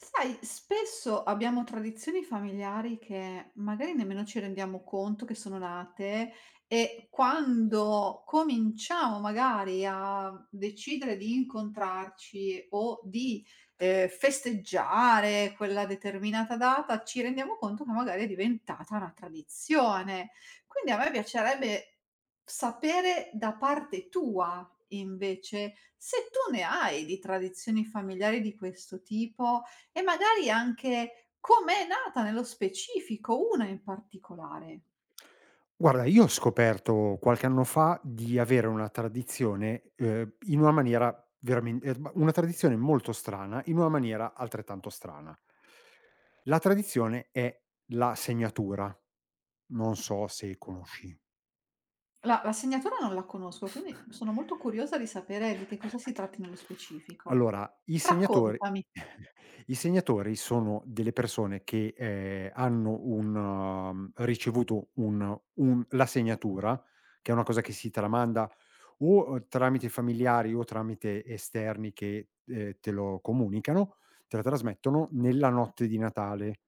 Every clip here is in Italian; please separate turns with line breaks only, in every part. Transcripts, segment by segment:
Sai, spesso abbiamo tradizioni familiari che magari nemmeno ci rendiamo conto che sono nate e quando cominciamo magari a decidere di incontrarci o di festeggiare quella determinata data, ci rendiamo conto che magari è diventata una tradizione. Quindi a me piacerebbe sapere da parte tua, invece, se tu ne hai di tradizioni familiari di questo tipo e magari anche com'è nata nello specifico una in particolare.
Guarda, io ho scoperto qualche anno fa di avere una tradizione, in una maniera veramen ma una tradizione molto strana, in una maniera altrettanto strana. La tradizione è la segnatura. Non so se conosci.
La segnatura non la conosco, quindi sono molto curiosa di sapere di che cosa si tratti nello specifico.
Allora, i segnatori
Raccontami.
i segnatori sono delle persone che, hanno un ricevuto un la segnatura, che è una cosa che si tramanda o tramite familiari o tramite esterni che, te lo comunicano, te la trasmettono nella notte di Natale.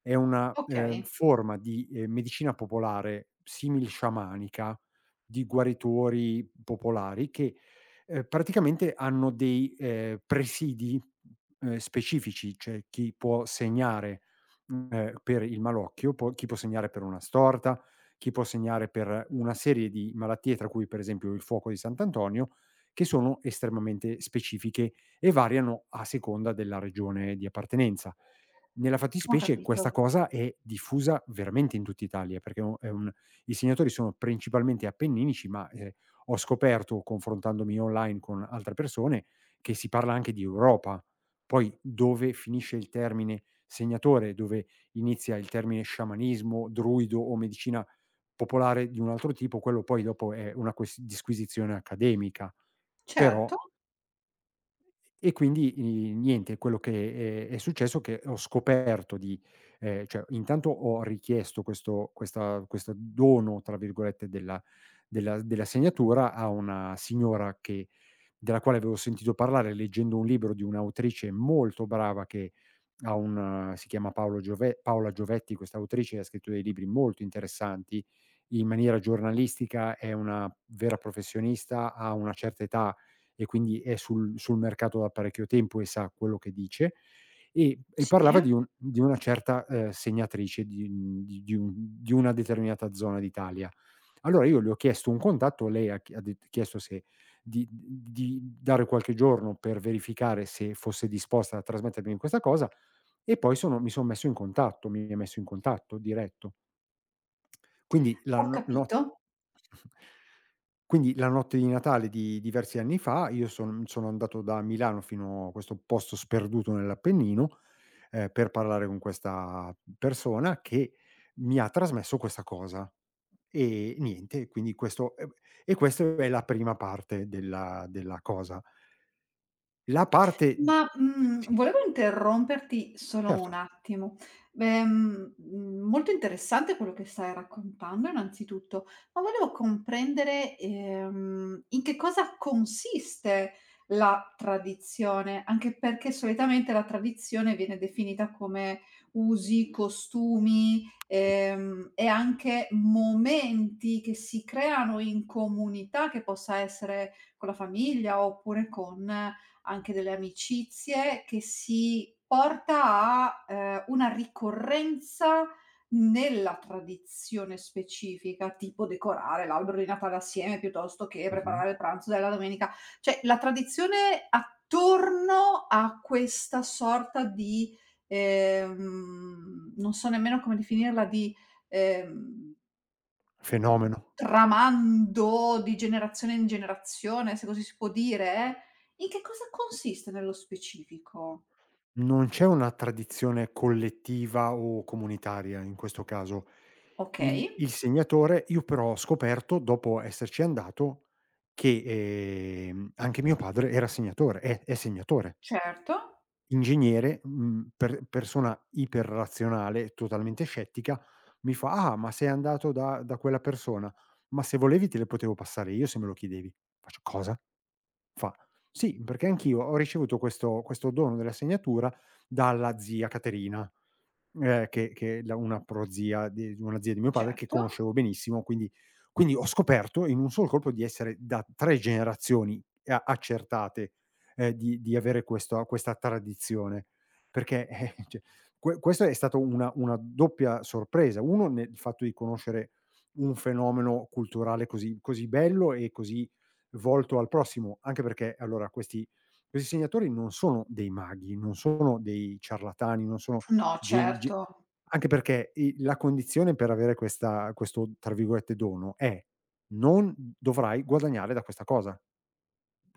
È una,
Okay,
forma di, medicina popolare simil sciamanica, di guaritori popolari che praticamente hanno dei, presidi, specifici, cioè chi può segnare, per il malocchio, può chi può segnare per una storta, chi può segnare per una serie di malattie, tra cui per esempio il fuoco di Sant'Antonio, che sono estremamente specifiche e variano a seconda della regione di appartenenza. Nella
ho
fattispecie questa
capito.
cosa è diffusa veramente in tutt'Italia, perché è un i segnatori sono principalmente appenninici, ma, ho scoperto, confrontandomi online con altre persone, che si parla anche di Europa. Poi dove finisce il termine segnatore, dove inizia il termine sciamanismo, druido o medicina popolare di un altro tipo, quello poi dopo è una ques disquisizione accademica. Però
Certo,
e quindi i niente, quello che è successo è che ho scoperto di cioè intanto ho richiesto questo "dono" tra virgolette della segnatura a una signora che della quale avevo sentito parlare leggendo un libro di un'autrice molto brava che ha un si chiama Paolo Giove Paola Giovetti, questa autrice ha scritto dei libri molto interessanti in maniera giornalistica, è una vera professionista, ha una certa età e quindi è sul mercato da parecchio tempo e sa quello che dice, e
sì,
parlava di un di una certa, segnatrice di di un di una determinata zona d'Italia. Allora io le ho chiesto un contatto, lei ha ch ha det chiesto se di di dare qualche giorno per verificare se fosse disposta a trasmettermi questa cosa e poi sono mi son messo in contatto, mi ha messo in contatto diretto. Quindi la
ho
no no
capito.
quindi la notte di Natale di diversi anni fa io sono andato da Milano fino a questo posto sperduto nell'Appennino, per parlare con questa persona che mi ha trasmesso questa cosa. E niente, quindi questo e questo è la prima parte della cosa. La parte
Ma, mhmm,
sì,
volevo interromperti solo
certo,
un attimo. Molto interessante quello che stai raccontando innanzitutto, ma volevo comprendere, in che cosa consiste la tradizione, anche perché solitamente la tradizione viene definita come usi, costumi,
sì.
e anche momenti che si creano in comunità, che possa essere con la famiglia oppure con anche delle amicizie, che si porta a, una ricorrenza nella tradizione specifica, tipo decorare l'albero di Natale assieme, piuttosto che
Mh-mh.
preparare il pranzo della domenica. Cioè, la tradizione attorno a questa sorta di, non so nemmeno come definirla, di, ehm
Fenomeno.
tramando di generazione in generazione, se così si può dire, eh? In che cosa consiste nello specifico?
Non c'è una tradizione collettiva o comunitaria in questo caso. Il
Okay,
il segnatore io però ho scoperto, dopo esserci andato, che, anche mio padre era segnatore, è segnatore,
certo,
ingegnere, per persona iperrazionale, totalmente scettica, mi fa: "Ah, ma sei andato da da quella persona? Ma se volevi te le potevo passare io se me lo chiedevi." Faccio: "Cosa?" Fa: "Sì, perché anch'io ho ricevuto questo dono della segnatura dalla zia Caterina, che la una prozia di una zia di mio padre che
certo.
conoscevo benissimo, quindi quindi ho scoperto in un solo colpo di essere da 3 generazioni a accertate, di avere questo questa tradizione." Perché, cioè, questo è stato una doppia sorpresa. Uno nel fatto di conoscere un fenomeno culturale così bello e così volto al prossimo, anche perché allora questi questi segnatori non sono dei maghi, non sono dei ciarlatani, non sono
No,
gen ge
certo.
anche perché i la condizione per avere questa questo, tra virgolette, "dono" è: non dovrai guadagnare da questa cosa.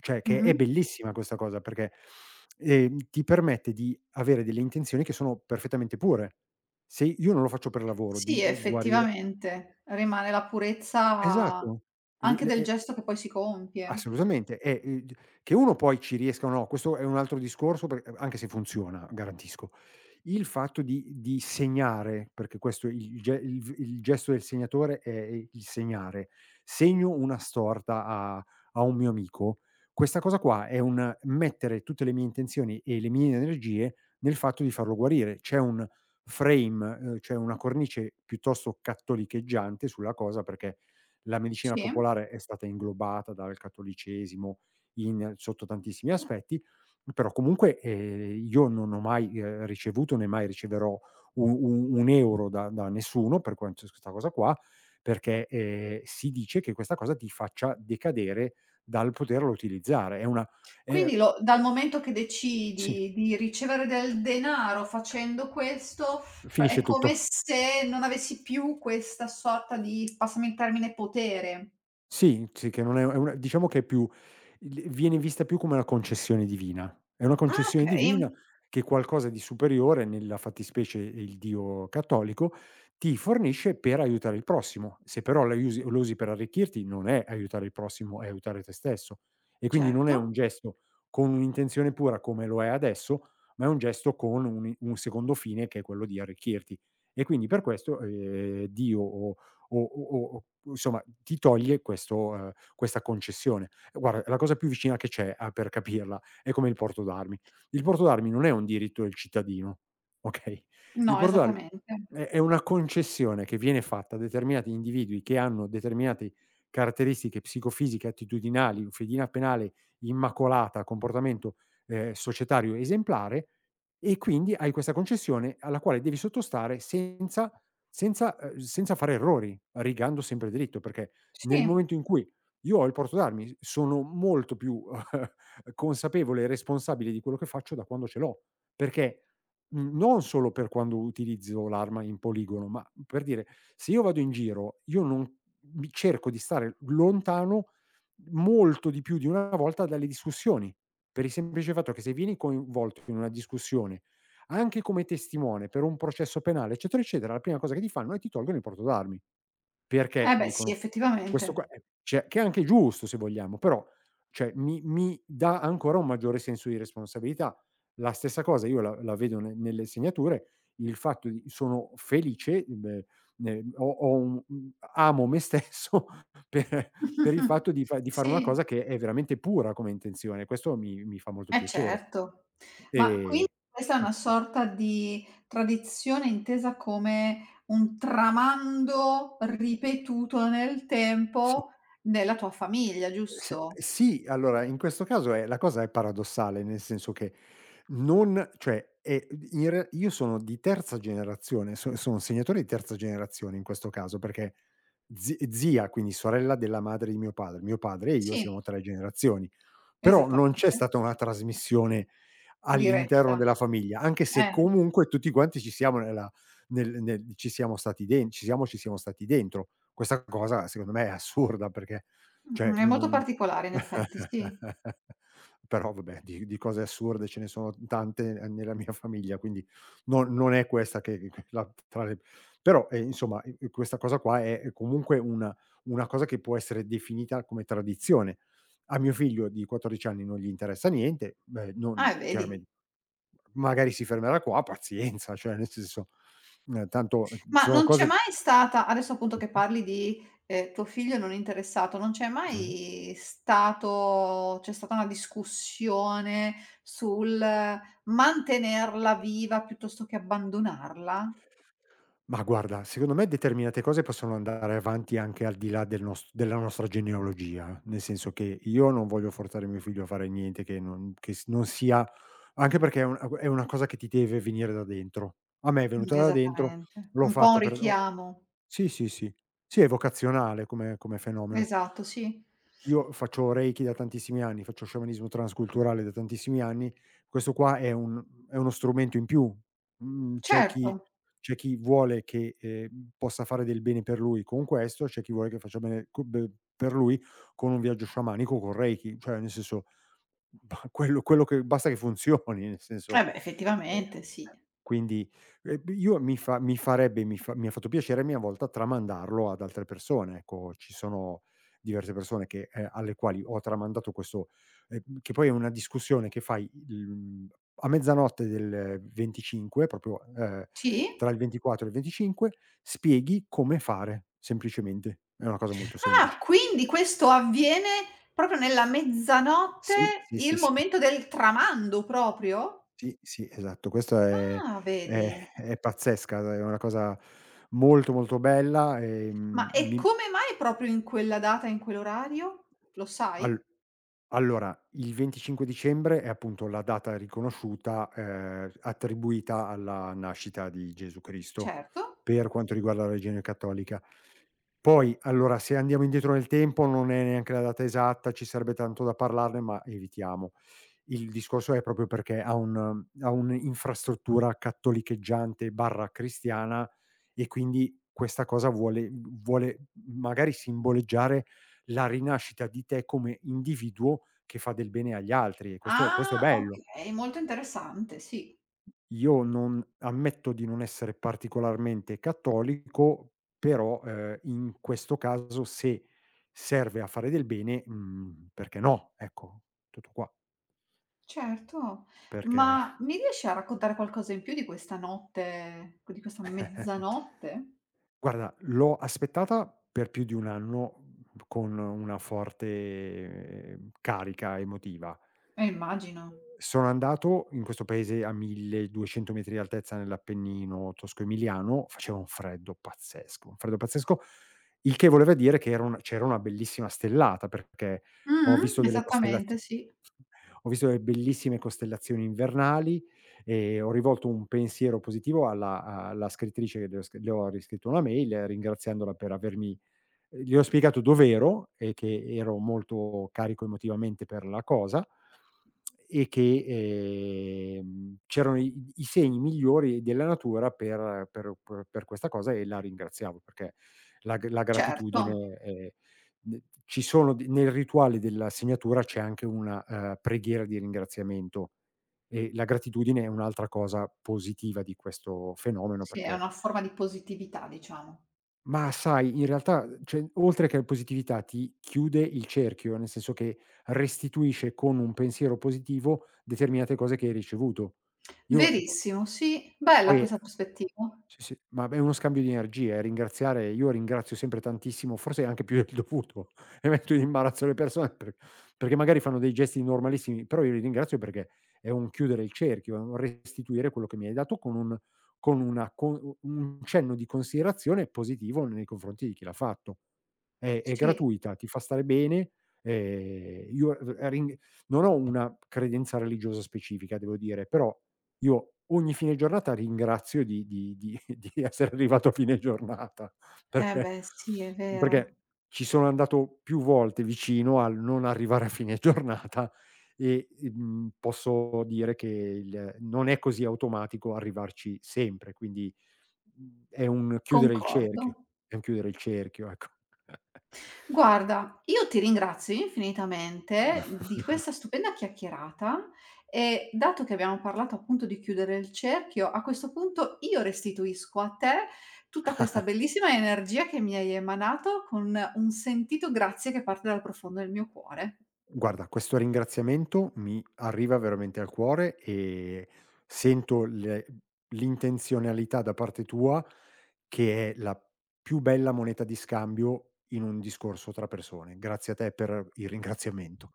Cioè che
Mh-mh.
è bellissima questa cosa perché, ti permette di avere delle intenzioni che sono perfettamente pure. Se io non lo faccio per lavoro
Sì,
di guarire.
effettivamente, rimane la purezza
Esatto. Li
anche
le
del
e
gesto che poi si compie.
Assolutamente. E, d che uno poi ci riesca o no, questo è un altro discorso per anche se funziona, garantisco. Il fatto di segnare, perché questo il gesto del segnatore è il segnare. Segno una storta a a un mio amico. Questa cosa qua è un mettere tutte le mie intenzioni e le mie energie nel fatto di farlo guarire. C'è un frame, c'è una cornice piuttosto cattolicheggiante sulla cosa perché la medicina
Sì.
popolare è stata inglobata dal cattolicesimo in sotto tantissimi aspetti, però comunque, io non ho mai, ricevuto, né mai riceverò u u un euro da da nessuno per quan s questa cosa qua, perché, si dice che questa cosa ti faccia decadere dal poterlo utilizzare. È una è
Quindi lo dal momento che
Sì,
decidi di ricevere del denaro facendo questo, p è
finisce
come
tutto.
se non avessi più questa sorta di, passami il termine, potere.
Sì, sì, che non è è una diciamo che è più il viene vista più come una concessione divina. È una
Ah,
concessione
okay.
divina che qualcosa di superiore, nella fattispecie il Dio cattolico, ti fornisce per aiutare il prossimo. Se però la usi lo usi per arricchirti, non è aiutare il prossimo, è aiutare te stesso. E quindi non è un
Certo.
gesto con un'intenzione pura come lo è adesso, ma è un gesto con un secondo fine che è quello di arricchirti. E quindi per questo, Dio o insomma ti toglie questo questa concessione. Guarda, la cosa più vicina che c'è a per capirla è come il porto d'armi. Il porto d'armi non è un diritto del cittadino, okay, il
No,
porto d'armi
esattamente.
è una concessione che viene fatta a determinati individui che hanno determinate caratteristiche psicofisiche, attitudinali, fedina penale immacolata, comportamento, societario esemplare e quindi hai questa concessione alla quale devi sottostare senza senza fare errori, rigando sempre dritto, perché nel
Sì.
momento in cui io ho il portoarmi, sono molto più consapevole e responsabile di quello che faccio da quando ce l'ho. Perché, non solo per quando utilizzo l'arma in poligono, ma per dire, se io vado in giro, io non mi cerco di stare lontano molto di più di una volta dalle discussioni, per il semplice fatto che se vieni coinvolto in una discussione anche come testimone per un processo penale, eccetera, eccetera, la prima cosa che ti fanno è ti tolgono il porto d'armi. Perché
Eh beh, sì,
dicono: "Questo qua"
effettivamente.
cioè che è anche giusto se vogliamo, però cioè mi dà ancora un maggiore senso di responsabilità. La stessa cosa io la vedo ne nelle segnature, il fatto di sono felice, beh, ne ho ho un amo me stesso per per il fatto di fare una
Sì.
cosa che è veramente pura come intenzione, questo mi fa molto
Eh
piacere.
certo.
E
Ma quindi questa è
eh.
una sorta di tradizione intesa come un tramando ripetuto nel
Sì,
tempo nella tua famiglia,
se
giusto?
sì, allora in questo caso è la cosa è paradossale, nel senso che non cioè, in re io sono di terza generazione, sono segnatore di terza generazione in questo caso, perché zi zia, quindi sorella della madre di mio padre e io
Sì,
siamo 3 generazioni, però non c'è
esattamente.
stata una trasmissione all'interno
Diretta.
della famiglia, anche se
Eh.
comunque tutti quanti ci siamo nella nel nel ci siamo stati den ci siamo stati dentro. Questa cosa secondo me è assurda perché cioè
Mh-mh, è molto
non
particolare in effetti, sì.
però vabbè di cose assurde ce ne sono tante, nella mia famiglia, quindi non è questa che la tra le però, insomma, questa cosa qua è comunque una cosa che può essere definita come tradizione. A mio figlio di 14 anni non gli interessa niente, beh, non
Ah, e
chiaramen
vedi.
magari si fermerà qua, pazienza, cioè nel senso, tanto
Ma
sono
non c'è
cose
mai stata adesso appunto che
mh-mh,
parli di, tuo figlio non interessato, non c'è
mh.
mai stato c'è stata una discussione sul mantenerla viva piuttosto che abbandonarla?
Ma guarda, secondo me determinate cose possono andare avanti anche al di là della nostra genealogia, nel senso che io non voglio forzare mio figlio a fare niente che non che s non sia anche perché è un è una cosa che ti deve venire da dentro. A me è venuta da dentro,
Esattamente.
l'ho
Un po' un
fatta per o
richiamo.
sì, sì, sì. Sì, è vocazionale come come fenomeno.
Esatto, sì.
Io faccio Reiki da tantissimi anni, faccio sciamanismo transculturale da tantissimi anni. Questo qua è uno strumento in più. Mhmm, c'è
Certo.
chi c'è chi vuole che, possa fare del bene per lui con questo, c'è chi vuole che faccia bene co be per lui con un viaggio sciamanico con Reiki, cioè nel senso, bah, quello che basta che funzioni, nel
Eh
senso,
beh,
ehm,
effettivamente sì.
quindi, io mi fa mi farebbe mi fa mi ha fatto piacere a mia volta tramandarlo ad altre persone, ecco. Ci sono diverse persone che alle quali ho tramandato questo che poi è una discussione che fai il a mezzanotte del 25, proprio,
Sì?
tra il 24 e il 25, spieghi come fare, semplicemente. È una cosa molto
Ah,
semplice.
quindi questo avviene proprio nella
Sì,
mezzanotte,
sì, sì,
il
sì.
momento del tramando proprio?
Sì, sì, esatto. Questa
Ah, vedi?
è pazzesca, è una cosa molto, molto bella,
Ma e
mi
come mai proprio in quella data, in quell'orario? Lo
al
sai?
Allora, il 25 dicembre è appunto la data riconosciuta, attribuita alla nascita di Gesù Cristo,
Certo.
per quanto riguarda la religione cattolica. Poi, allora, se andiamo indietro nel tempo non è neanche la data esatta, ci sarebbe tanto da parlarne, ma evitiamo. Il discorso è proprio perché ha un'infrastruttura cattolicheggiante/cristiana e quindi questa cosa vuole magari simboleggiare la rinascita di te come individuo che fa del bene agli altri e questo è
Ah,
bello.
okay, molto interessante, sì,
Io non ammetto di non essere particolarmente cattolico, però, in questo caso se serve a fare del bene, perché no, ecco, tutto qua.
certo.
Perché
Ma mi riesci a raccontare qualcosa in più di questa notte di questa mezzanotte?
Guarda, l'ho aspettata per più di 1 anno, con una forte, carica emotiva.
Immagino.
Sono andato in questo paese a 1200 metri di altezza nell'Appennino tosco-emiliano, faceva un freddo pazzesco, il che voleva dire che era un c'era una bellissima stellata, perché ho
Mh-mh,
visto delle costellazio
esattamente, sì.
ho visto delle bellissime costellazioni invernali. Ho rivolto un pensiero positivo alla scrittrice che le ho riscritto una mail ringraziandola per avermi le ho spiegato dov'ero e che ero molto carico emotivamente per la cosa e che, c'erano i segni migliori della natura per questa cosa e la ringraziavo perché la
Certo,
gratitudine, n ci sono d nel rituale della segnatura c'è anche una, preghiera di ringraziamento. E la gratitudine è un'altra cosa positiva di questo fenomeno
sì, è
perché
una forma di positività, diciamo.
ma sai in realtà cioè oltre che la positività ti chiude il cerchio, nel senso che restituisce con un pensiero positivo determinate cose che hai ricevuto. Io e po
Verissimo, sì, bella
poi
questa prospettiva.
sì, sì, ma beh, è uno scambio di energie, e ringraziare io ringrazio sempre tantissimo, forse anche più del dovuto, e metto in imbarazzo le persone perché magari fanno dei gesti normalissimi, però io li ringrazio perché è un chiudere il cerchio, è un restituire quello che mi hai dato con un cenno di considerazione positivo nei confronti di chi l'ha fatto. È
Sì,
gratuita, ti fa stare bene, io r ring non ho una credenza religiosa specifica, devo dire, però io ogni fine giornata ringrazio di di essere arrivato a fine giornata,
eh
perché
beh, sì, è vero.
perché ci sono andato più volte vicino al non arrivare a fine giornata e, posso dire che il non è così automatico arrivarci sempre, quindi, è un chiudere il
Concordo.
cerchio, è un chiudere il cerchio, ecco.
Guarda, io ti ringrazio infinitamente di questa stupenda chiacchierata e dato che abbiamo parlato appunto di chiudere il cerchio, a questo punto io restituisco a te tutta questa bellissima energia che mi hai emanato con un sentito grazie che parte dal profondo del mio cuore.
Guarda, questo ringraziamento mi arriva veramente al cuore e sento l'intenzionalità da parte tua che è la più bella moneta di scambio in un discorso tra persone. Grazie a te per il ringraziamento.